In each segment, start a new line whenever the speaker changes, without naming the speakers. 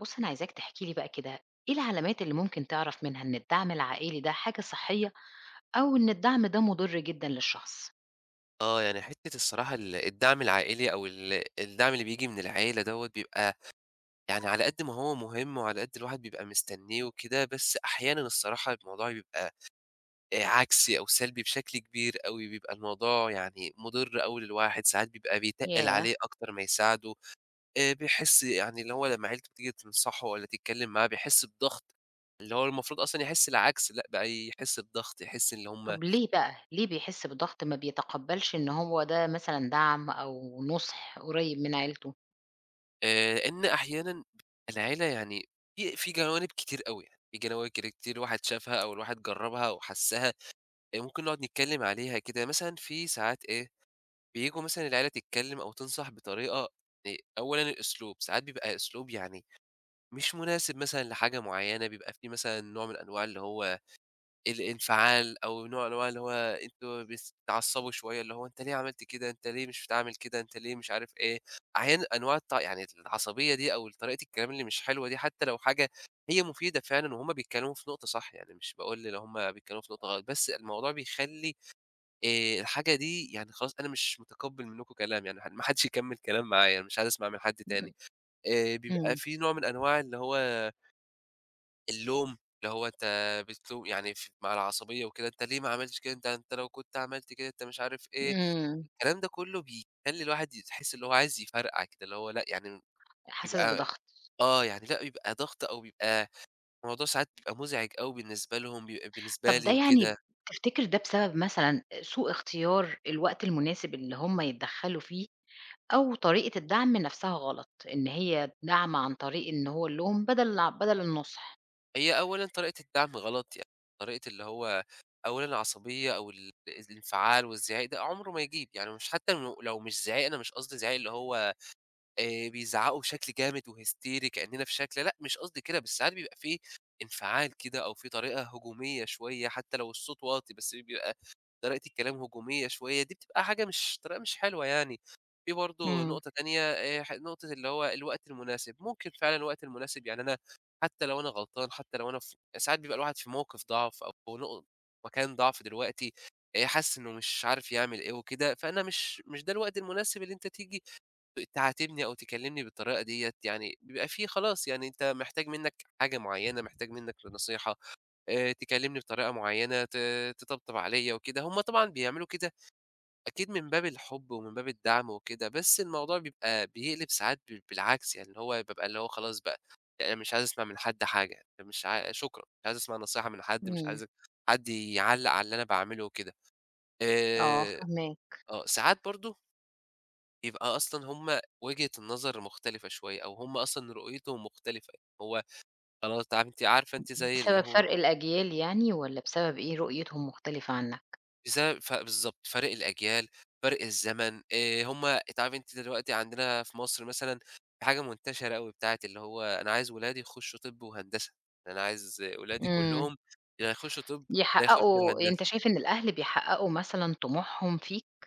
بُص أنا عايزاك تحكي لي بقى كده، إيه العلامات اللي ممكن تعرف منها إن الدعم العائلي ده حاجة صحية، أو إن الدعم ده مُضر جدًا للشخص؟
آه، يعني حتّة الصراحة الدعم العائلي أو الدعم اللي بييجي من العيلة دوّة بيبقى يعني على قد ما هو مهم وعلى قد الواحد بيبقى مستنّيه وكده، بس أحيانًا الصراحة الموضوع بيبقى عكسي أو سلبي بشكل كبير أوي، بيبقى الموضوع يعني مُضِر أوي للواحد، ساعات بيبقى بيتقِّل
ياه!
عليه أكتر ما يساعده، بيحس يعني اللي هو لمّا عيلته بتيجي تنصحه والّا تتكلّم معاه بيحس بضغط، اللي هو المفروض أصلًا يحس العكس، لأ بقى يحس بضغط، يحس إن هم
طب ليه بقى، ليه بيحس بضغط ما بيتقبلش إن هو ده مثلًا دعم أو نُصح قريب من عيلته؟
لإن أحيانًا العيلة يعني في جوانب كتير أوي يعني، في جوانب كده كتير الواحد شافها أو الواحد جرّبها أو حسّها، ممكن نقعد نتكلّم عليها كده، مثلًا في ساعات إيه، بييجوا مثلًا العيلة تتكلّم أو تنصح بطريقة أولًا الأسلوب، ساعات بيبقى أسلوب يعني مش مناسب مثلًا لحاجة معيّنة، بيبقى في مثلًا نوع من أنواع اللي هو الانفعال أو نوع أنواع اللي هو أنتم بتتعصبوا شوية، اللي هو أنت ليه عملت كده، أنت ليه مش بتعمل كده، أنت ليه مش عارف إيه، أحيانًا أنواع يعني العصبية دي أو طريقة الكلام اللي مش حلوة دي حتى لو حاجة هي مفيدة فعلًا وهُم بيتكلموا في نقطة صح، يعني مش باقول اللي هُم بيتكلموا في نقطة غلط، بس الموضوع بيخلّي الحاجة دي يعني خلاص أنا مش متقبّل منكم كلام، يعني ما حدش يكمّل كلام معايا، أنا مش عايز أسمع من حد تاني، بيبقى
إمم،
في نوع من أنواع اللي هو اللوم، اللي هو أنت بتلوم يعني مع العصبية وكده، أنت ليه ما عملتش كده، أنت لو كنت عملت كده، أنت مش عارف إيه،
إمم،
الكلام ده كله بيخلّي الواحد يحس اللي هو عايز يفرقع كده، اللي هو لأ يعني
حاسس
بيبقى
بضغط.
يعني لأ بيبقى ضغط أو بيبقى الموضوع ساعات بيبقى مزعج أوي بالنسبة لهم، بيبقى بالنسبة
طب ده
لي
يعني
وكده.
تفتكر ده بسبب مثلًا سوء اختيار الوقت المناسب اللي هم يتدخلوا فيه، أو طريقة الدعم نفسها غلط، إن هي دعم عن طريق إن هو اللوم بدل النُصح؟
هي أولًا طريقة الدعم غلط يعني، طريقة اللي هو أولًا العصبية أو الانفعال والزعيق ده عمره ما يجيب، يعني مش حتى لو مش زعيق، أنا مش قصدي زعيق اللي هو بيزعّقوا بشكل جامد وهيستيري كإننا في شكل لأ، مش قصدي كده، بس ساعات بيبقى في انفعال كده أو في طريقة هجومية شوية، حتى لو الصوت واطي، بس بيبقى طريقة الكلام هجومية شوية، دي بتبقى حاجة مش طريقة مش حلوة يعني. في برضه
إمم،
نقطة تانية ح نقطة اللي هو الوقت المناسب، ممكن فعلًا الوقت المناسب يعني أنا حتى لو أنا غلطان، حتى لو أنا في ساعات بيبقى الواحد في موقف ضعف أو مكان ضعف دلوقتي، حاسس إنه مش عارف يعمل إيه وكده، فأنا مش ده الوقت المناسب اللي أنت تيجي تعاتبني أو تكلمني بالطريقة ديّة، يعني بيبقى في خلاص يعني أنت محتاج منّك حاجة معيّنة، محتاج منّك نصيحة، تكلمني بطريقة معيّنة، تطبطب عليّا وكده، هم طبعًا بيعملوا كده أكيد من باب الحب ومن باب الدعم وكده، بس الموضوع بيبقى بيقلب ساعات بالعكس، يعني اللي هو بابقى اللي هو خلاص بقى، يعني أنا مش عايز أسمع من حد حاجة، يعني مش عا شكرًا، مش عايز أسمع نصيحة من حد، مش
إمم،
عايز حد يعلّق على اللي أنا باعمله وكده.
آه
آآ
فاهماك،
ساعات برضه يبقى أصلًا هم وجهة النظر مختلفة شوية، أو هم أصلًا رؤيتهم مختلفة، هو خلاص عارف أنتِ عارفة أنتِ زي اللي
بسبب
هو
فرق الأجيال يعني والّا بسبب إيه رؤيتهم مختلفة عنك؟
بسبب بالضبط فَرْق الأجيال، فَرْق الزمن، هم أنتِ عارفة أنتِ دلوقتي عندنا في مصر مثلًا في حاجة منتشرة أوي بتاعة اللي هو أنا عايز ولادي يخشوا طِب وهندسة، أنا عايز ولادي
إمم،
كلّهم يا يخشوا طِب يا يخشوا
يحققوا أنت
هندسة.
شايف إن الأهل بيحققوا مثلًا طموحهم فيك؟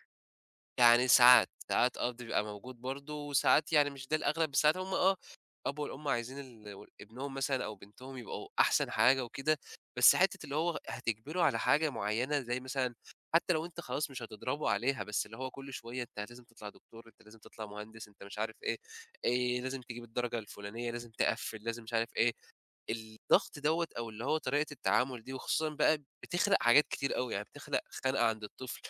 يعني ساعات، ساعات بيبقى موجود برضه، وساعات يعني مش ده الأغلب، بس ساعات هُم الأب والأم عايزين ابنهم مثلًا أو بنتهم يبقوا أحسن حاجة وكده، بس حتّة اللي هو هتجبره على حاجة معيّنة زي مثلًا حتى لو أنت خلاص مش هتضربه عليها، بس اللي هو كل شوية أنت لازم تطلع دكتور، أنت لازم تطلع مهندس، انت مش عارف ايه, إيه لازم تجيب الدرجه الفلانيه، لازم تقفل، لازم مش عارف ايه. الضغط دوّة أو اللي هو طريقة التعامل دي وخصوصًا بقى بتخلق حاجات كتير أوي، يعني بتخلق خنقة عند الطفل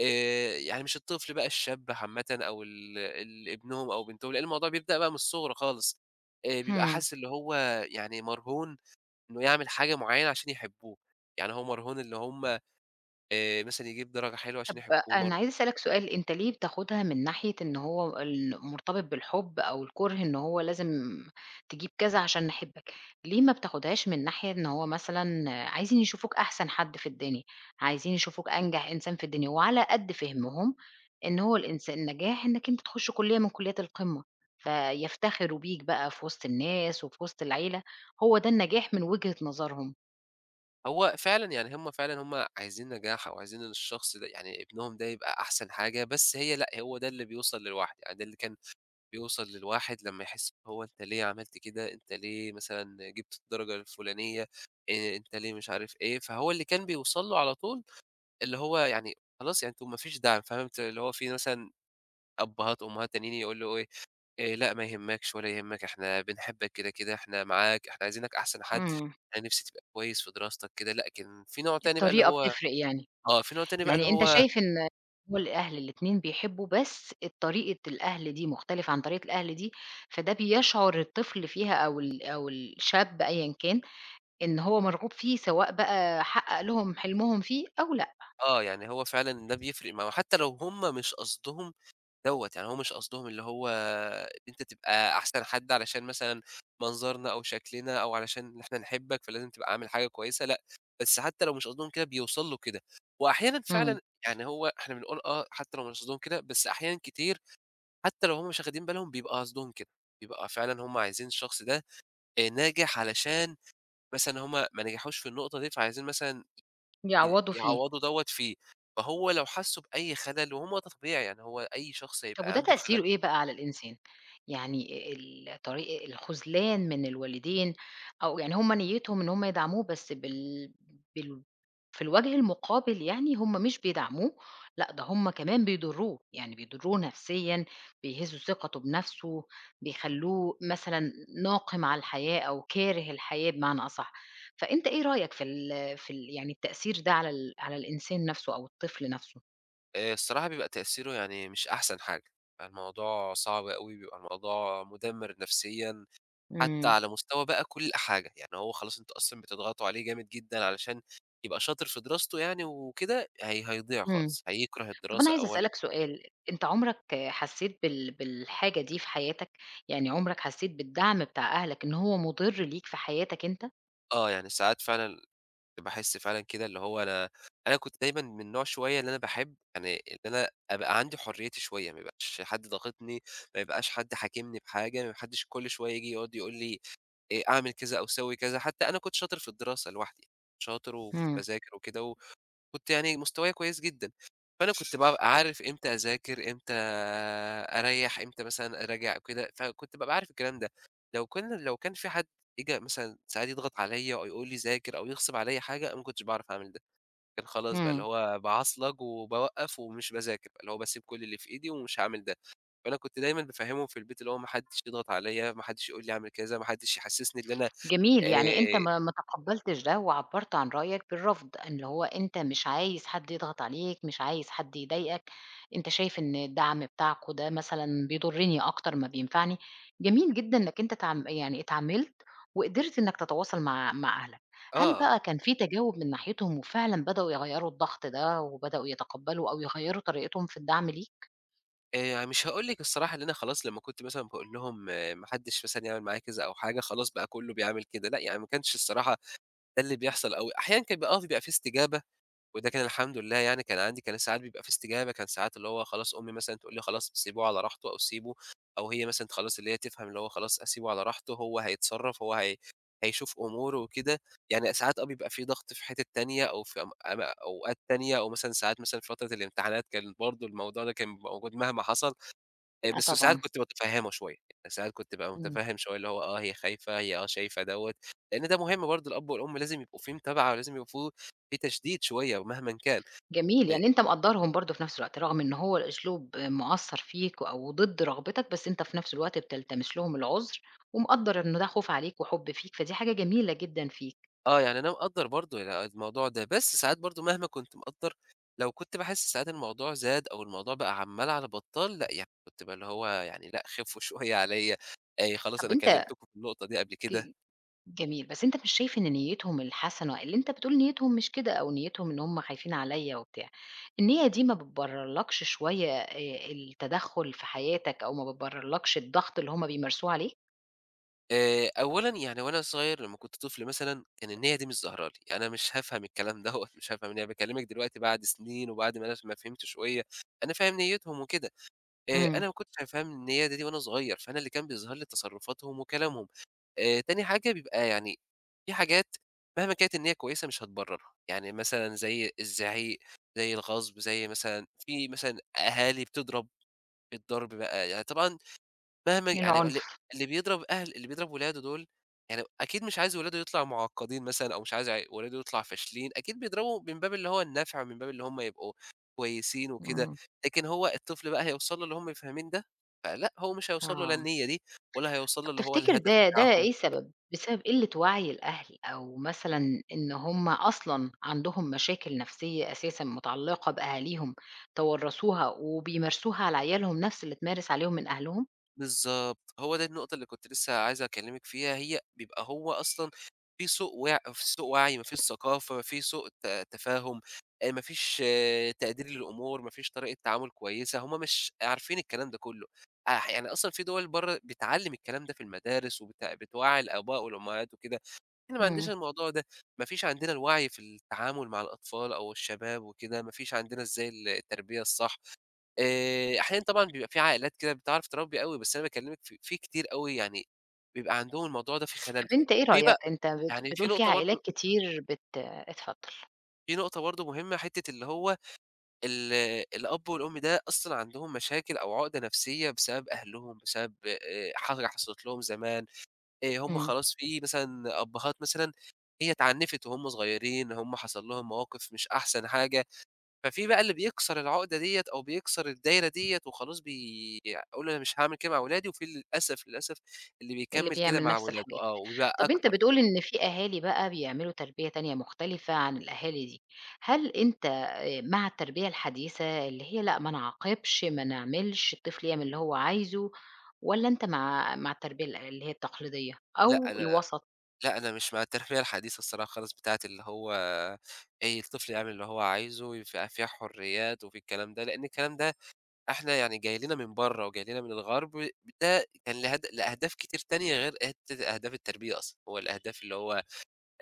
يعني مش الطفل بقى الشاب عامةً أو ال ابنهم أو بنتهم، لأن الموضوع بيبدأ بقى من الصغر خالص بيبقى
إمم.
حاسس اللي هو يعني مرهون إنه يعمل حاجة معيّنة عشان يحبوه، يعني هو مرهون اللي هم مثلًا يجيب درجة حلوة عشان
طب
يحبوه
أنا عايزة أسألك سؤال، أنت ليه بتاخدها من ناحية إن هو ال مرتبط بالحب أو الكره، إن هو لازم تجيب كذا عشان نحبك، ليه ما بتاخدهاش من ناحية إن هو مثلًا عايزين يشوفوك أحسن حد في الدنيا، عايزين يشوفوك أنجح إنسان في الدنيا، وعلى قد فهمهم إن هو الإنس النجاح إنك أنت تخش كلية من كليات القمة، فيفتخروا بيك بقى في وسط الناس وفي وسط العيلة، هو ده النجاح من وجهة نظرهم.
هو فعلًا يعني هم فعلًا هم عايزين نجاح أو عايزين إن الشخص ده يعني ابنهم ده يبقى أحسن حاجة، بس هي لأ، هو ده اللي بيوصل للوحده، يعني ده اللي كان بيوصل للواحد لمّا يحس إن هو أنت ليه عملت كده، أنت ليه مثلًا جِبت الدرجة الفلانية، أنت ليه مش عارف إيه، فهو اللي كان بيوصل له على طول اللي هو يعني خلاص يعني أنتم ما فيش دعم، فاهم أنت اللي هو في مثلًا أبّهات، أمّهات تانيين يقول له إيه، لأ ما يهمكش ولا يهمك، إحنا بنحبك كده، كده، إحنا معاك، إحنا عايزينك أحسن حد،
إمم،
أنا نفسي تبقى كويس في دراستك كده، لكن
الطريقة بتفرق يعني.
في نوع تاني بقى اللي
يعني أنت
هو
شايف إن هو الأهل الاتنين بيحبّوا، بس طريقة الأهل دي مختلفة عن طريقة الأهل دي، فده بيشعُر الطفل فيها أو ال أو الشاب أيًا كان، إن هو مرغوب فيه، سواء بقى حقّق لهم حلمهم فيه أو لأ.
آه، يعني هو فعلًا ده بيفرق معاهم، حتى لو هم مش قصدهم دوّة، يعني هو مش قصدهم اللي هو أنت تبقى أحسن حد علشان مثلًا منظرنا أو شكلنا أو علشان إن إحنا نحبك، فلازم تبقى عامل حاجة كويسة، لأ، بس حتى لو مش قصدهم كده بيوصل له كده، وأحيانًا
إمم،
فعلًا يعني هو إحنا بنقول آه، حتى لو مش قصدهم كده، بس أحيانًا كتير حتى لو هم مش واخدين بالهم بيبقى قصدهم كده، بيبقى فعلًا هم عايزين الشخص ده ناجح علشان مثلًا هم ما نجحوش في النقطة دي، فعايزين مثلًا
يعوّضوا فيه.
يعوّضوا دوّة فيه، فهو لو حسّوا بأي خلل وهُم ده طبيعي، يعني هو أي شخص
طب
هيبقى
وده
عنده خلل.
تأثيره إيه بقى على الإنسان؟ يعني ال طريق الخذلان من الوالدين أو يعني هم نيّتهم إن هم يدعموه بس بال بال في الوجه المقابل يعني هم مش بيدعموه، لأ ده هم كمان بيضروه، يعني بيضروه نفسيًا، بيهزوا ثقته بنفسه، بيخلّوه مثلًا ناقم على الحياة أو كاره الحياة بمعنى أصح، فأنت إيه رأيك في ال في ال يعني التأثير ده على ال على الإنسان نفسه أو الطفل نفسه؟
الصراحة بيبقى تأثيره يعني مش أحسن حاجة، الموضوع صعب أوي، بيبقى الموضوع مُدمِّر نفسيًا، حتى
إمم.
على مستوى بقى كل حاجة، يعني هو خلاص أنتم أصلًا بتضغطوا عليه جامد جدًا علشان يبقى شاطر في دراسته يعني وكده، هي هيضيع
إمم.
خالص، هيكره
طب أنا
الدراسة
عايزة
أولًا
أسألك سؤال، أنت عمرك حسّيت بال بالحاجة دي في حياتك؟ يعني عمرك حسّيت بالدعم بتاع أهلك إن هو مُضِر ليك في حياتك أنت؟
يعني ساعات فعلًا باحس فعلًا كده اللي هو أنا كنت دايمًا من نوع شوية اللي أنا باحب يعني إن أنا أبقى عندي حريتي شوية، ما يبقاش حد ضاغطني، ما يبقاش حد حاكمني بحاجة، ما حدش كل شوية ييجي يقعد يقول لي أعمل كذا أو سوي كذا، حتى أنا كنت شاطر في الدراسة لوحدي، شاطر وكنت
إمم،
باذاكر وكده كنت يعني مستوايا كويس جدًا، فأنا كنت بابقى عارف إمتى أذاكر، إمتى أريّح، إمتى مثلًا أراجع وكده، فكنت بابقى عارف الكلام ده. لو كان في حد ييجي مثلًا ساعات يضغط عليّا أو يقول لي ذاكر أو يغصب عليّا حاجة، أنا ما كنتش باعرف أعمل ده، كان خلاص بقى اللي
إمم.
هو باعصلج وباوقّف ومش باذاكر، اللي هو باسيب كل اللي في إيدي ومش هاعمل ده. فأنا كنت دايمًا بافهّمهم في البيت اللي هو ما حدش يضغط عليّا، ما حدش يقول لي أعمل كذا، ما حدش يحسّسني إن أنا
جميل،
آآ
يعني أنت ما تقبّلتش ده وعبّرت عن رأيك بالرفض، اللي هو أنت مش عايز حد يضغط عليك، مش عايز حد يضايقك، أنت شايف إن الدعم بتاعكم ده مثلًا بيضرّني أكتر ما بينفعني، جميل جدًا إنّك أنت اتعم يعني اتعاملت وقدرت إنّك تتواصل مع أهلك، هل
آه.
بقى كان في تجاوب من ناحيتهم وفعلًا بدأوا يغيّروا الضغط ده وبدأوا يتقبّلوا أو يغيّروا طريقتهم في الدعم ليك؟
مش هاقول لِك الصراحة إن أنا خلاص لمّا كنت مثلًا باقول لهم ما حدّش مثلًا يعمل معايا كذا أو حاجة، خلاص بقى كُلّه بيعمل كده، لأ، يعني ما كانش الصراحة ده اللي بيحصل أوي. أحيانًا كان بيبقى بيبقى في استجابة وده كان الحمد لله يعني كان عندي كان ساعات بيبقى في استجابة، كان ساعات اللي هو خلاص أمي مثلًا تقول لي: "خلاص سيبوه على راحته." أو سيبه أو هي مثلًا خلاص اللي هي تفهم اللي هو خلاص أسيبه على راحته، هو هيتصرّف، هو هيشوف أموره وكده. يعني ساعات بيبقى في ضغط في حِتت تانية أو في أم أم أوقات تانية أو مثلًا ساعات مثلًا في فترة الامتحانات كان برضه الموضوع ده كان بيبقى موجود مهما حصل.
آه
بس ساعات
طبعًا،
كنت متفهّمه شوية، يعني ساعات كنت بابقى
إمم.
متفهم شوية اللي هو هي خايفة، هي شايفة دوّة، لأن ده مهم برضه الأب والأم لازم يبقوا فيه متابعة، ولازم يبقى فيه في تشديد شوية مهمًا كان،
جميل،
آآ،
يعني أنت مقدّرهم برضه في نفس الوقت، رغم إن هو الأسلوب مأثّر فيك أو ضد رغبتك، بس أنت في نفس الوقت بتلتمس لهم العذر، ومقدّر إنه ده خوف عليك وحُب فيك، فدي حاجة جميلة جدًا فيك.
يعني أنا مقدّر برضه ال آه، الموضوع ده، بس ساعات برضه مهما كنت مقدّر، لو كنت باحس ساعات الموضوع زاد أو الموضوع بقى عمّال على بطّال، لأ، يعني كنت بقى اللي هو يعني لأ، خفّوا شوية عليّا، خلاص
طب
أنا
أنت
كلمتكم في النقطة دي قبل كده.
ك جميل، بس أنت مش شايف إن نيتهم الحسنة اللي أنت بتقول نيتهم مش كده أو نيتهم إن هم خايفين عليّا وبتاع، النية دي ما بتبررلكش شوية التدخُّل في حياتك أو ما بتبررلكش الضغط اللي هم بيمارسوه عليك؟
أولًا يعني وأنا صغير لمّا كنت طفل مثلًا، كان النيّة دي مش ظاهرة لي، يعني أنا مش هافهم الكلام دوّة، مش هافهم النيّة، باكلّمك دلوقتي بعد سنين وبعد ما أنا ما فهمت شوية، أنا فاهم نيّتهم وكده،
إمم،
أنا ما كنتش فاهم النيّة دي وأنا صغير، فأنا اللي كان بيظهر لي تصرفاتهم وكلامهم، تاني حاجة بيبقى يعني في حاجات مهما كانت النيّة كويسة مش هتبرّرها، يعني مثلًا زي الزعيق، زي الغصب، زي مثلًا في مثلًا أهالي بتضرب، الضرب بقى يعني طبعًا مهما يعني
العنف،
اللي بيضرب أهل اللي بيضرب ولاده دول، يعني أكيد مش عايز ولاده يطلعوا معقّدين مثلًا أو مش عايز ولاده يطلع فاشلين، أكيد بيضربوا من باب اللي هو النفع، من باب اللي هم يبقوا كويسين وكده،
إمم،
لكن هو الطفل بقى هيوصل له اللي هم فاهمين ده، فلأ، هو مش هيوصل له لا
آه.
النيّة دي ولا هيوصل له
طب
اللي هو
تفتكر
الهدف
ده
بتاعهم.
إيه السبب؟ بسبب قِلّة وعي الأهل أو مثلًا إن هم أصلًا عندهم مشاكل نفسية أساسًا متعلقة بأهاليهم توّرثوها وبيمارسوها على عيالهم نفس اللي اتمارس عليهم من أهلهم؟
بالضبط، هو ده النقطة اللي كنت لسه عايز أكلّمِك فيها، هي بيبقى هو أصلًا في سوء وعي، ما فيش ثقافة، ما فيش سوء ت تفاهم، ما فيش تقدير للأمور، ما فيش طريقة تعامل كويسة، هم مش عارفين الكلام ده كلّه، يعني أصلًا في دول برّه بتعلّم الكلام ده في المدارس وبت بتوعّي الآباء والأمهات وكده. إحنا ما عندناش
إمم.
الموضوع ده، ما فيش عندنا الوعي في التعامل مع الأطفال أو الشباب وكده، ما فيش عندنا إزاي التربية الصح. أحيانًا طبعًا بيبقى في عائلات كده بتعرف تربّي أوي، بس أنا باكلمِك في كتير أوي يعني بيبقى عندهم الموضوع ده في خلل.
طب أنت إيه
في
رأيك؟
بقى
أنت
يعني
بتقول في عائلات كتير اتفضل،
في نقطة برضه مهمة، حتّة اللي هو ال الأب والأم ده أصلًا عندهم مشاكل أو عُقدة نفسية بسبب أهلهم، بسبب حاجة حصلت لهم زمان. هم
إمم،
خلاص في مثلًا أبّهات مثلًا هي اتعنِّفت وهُم صغيرين، هم حصل لهم مواقف مش أحسن حاجة، ففي بقى اللي بيكسر العقدة ديّة أو بيكسر الدايرة ديّة وخلاص بيقول أنا مش هاعمل كده مع ولادي، وفي للأسف، للأسف اللي
اللي
بيكمّل كده
بيعمل
مع
نفس
ولاده
الحاجات.
آه، وبيبقى
طب أنت
أكتر.
بتقول إن في أهالي بقى بيعملوا تربية تانية مختلفة عن الأهالي دي، هل أنت مع التربية الحديثة اللي هي لأ ما نعاقبش، ما نعملش، الطفل يعمل اللي هو عايزه، والّا أنت مع التربية ال اللي هي التقليدية
لأ،
أو
أنا
الوسط،
لأ، أنا مش مع التربية الحديثة الصراحة خالص بتاعة اللي هو أي الطفل يعمل اللي هو عايزه، ويبقى فيها حريات وفي الكلام ده، لإن الكلام ده إحنا يعني جاي لنا من برّه وجاي لنا من الغرب، ده كان له لأهداف كتير تانية غير حتّة أهداف التربية أصلًا، هو الأهداف اللي هو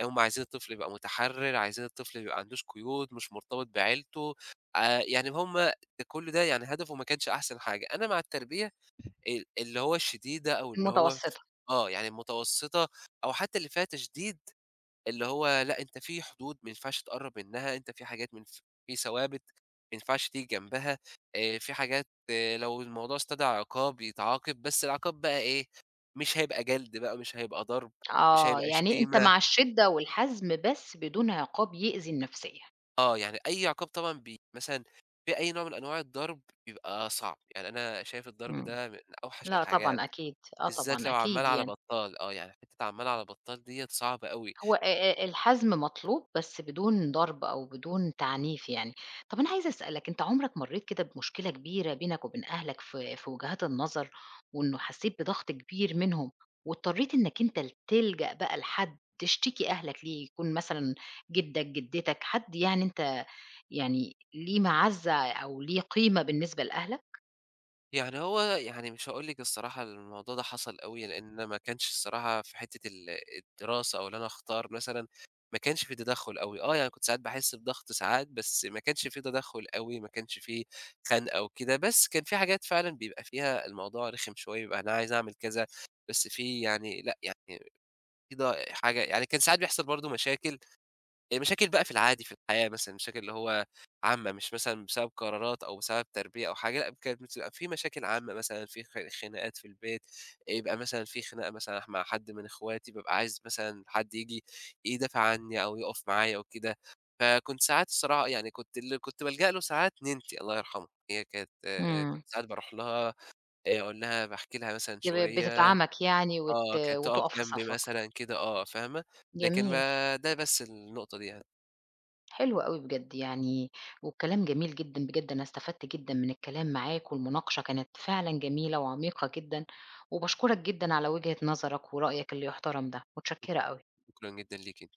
هم عايزين الطفل يبقى متحرّر، عايزين الطفل ما يبقاندوش قيود، مش مرتبط بعيلته، يعني هم كل ده يعني هدفه ما كانش أحسن حاجة، أنا مع التربية اللي هو الشديدة أو اللي هو.
المتوسطة؟
آه، يعني المتوسطة أو حتّى اللي فيها تشديد اللي هو لأ، أنت في حدود ما ينفعش تقرّب منها، أنت في حاجات ما ينف في ثوابت ما ينفعش تيجي جنبها، في حاجات آه، لو الموضوع استدعى عقاب يتعاقب، بس العقاب بقى إيه، مش هيبقى جلد بقى، مش هيبقى ضرب، مش
آه،
هيبقى
يعني أنت
شتيمة،
مع الشدة والحزم بس بدون عقاب يؤذي النفسية.
آه، يعني أي عقاب طبعًا مثلًا في أي نوع من أنواع الضرب بيبقى صعب، يعني أنا شايف الضرب
إمم،
ده من أوحش
لأ
الحاجات،
طبعًا أكيد، آه
بالذات
طبعًا
لو عمّال
أكيد
على
يعني.
بطّال، آه، يعني حتّة عمّال على بطّال ديّة صعبة أوي.
هو الحزم مطلوب بس بدون ضرب أو بدون تعنيف يعني. طب أنا عايزة أسألك، أنت عمرك مرّيت كده بمشكلة كبيرة بينك وبين أهلك في وجهات النظر، وإنه حسّيت بضغط كبير منهم واضطريت إنك أنت تلجأ بقى لحد تشتكي أهلك ليه، يكون مثلًا جدك، جدتك، حد يعني أنت يعني ليه معزّة أو ليه قيمة بالنسبة لأهلك؟
يعني هو يعني مش هاقول لِك الصراحة الموضوع ده حصل أوي، لإن أنا ما كانش الصراحة في حتّة الدراسة أو اللي أنا أختار مثلًا، ما كانش في تدخُّل أوي، آه، يعني كنت ساعات باحس بضغط ساعات، بس ما كانش في تدخُّل أوي، ما كانش في خنقة وكده، بس كان في حاجات فعلًا بيبقى فيها الموضوع رخم شوية، بيبقى أنا عايز أعمل كذا، بس في يعني لأ، يعني في ض حاجة يعني كان ساعات بيحصل برضه مشاكل المشاكل بقى في العادي في الحياة مثلًا، المشاكل اللي هو عامة، مش مثلًا بسبب قرارات أو بسبب تربية أو حاجة، لأ كانت بتبقى في مشاكل عامة مثلًا، في خناقات في البيت، يبقى مثلًا في خناقة مثلًا مع حد من إخواتي، بابقى عايز مثلًا حد ييجي يدافع عني أو يقف معايا وكده. فكنت ساعات الصراحة يعني كنت اللي كنت بالجأ له ساعات نِنتي الله يرحمها، هي كانت آه، كنت
إمم.
ساعات باروح لها أقول لها باحكي لها مثلًا شوية،
بتدعمك يعني
آه، كانت تقف
وتُقف في
جنبي
صفّك.
مثلًا كده، آه، فاهمة؟ لكن
جميل.
ما ده بس النقطة دي يعني.
حلو أوي بجد يعني، والكلام جميل جدًا بجد، أنا استفدت جدًا من الكلام معاك، والمناقشة كانت فعلًا جميلة وعميقة جدًا، وباشكرك جدًا على وجهة نظرك ورأيك اللي يحترم ده، متشكرة أوي.
شكرًا جدًا ليكِ.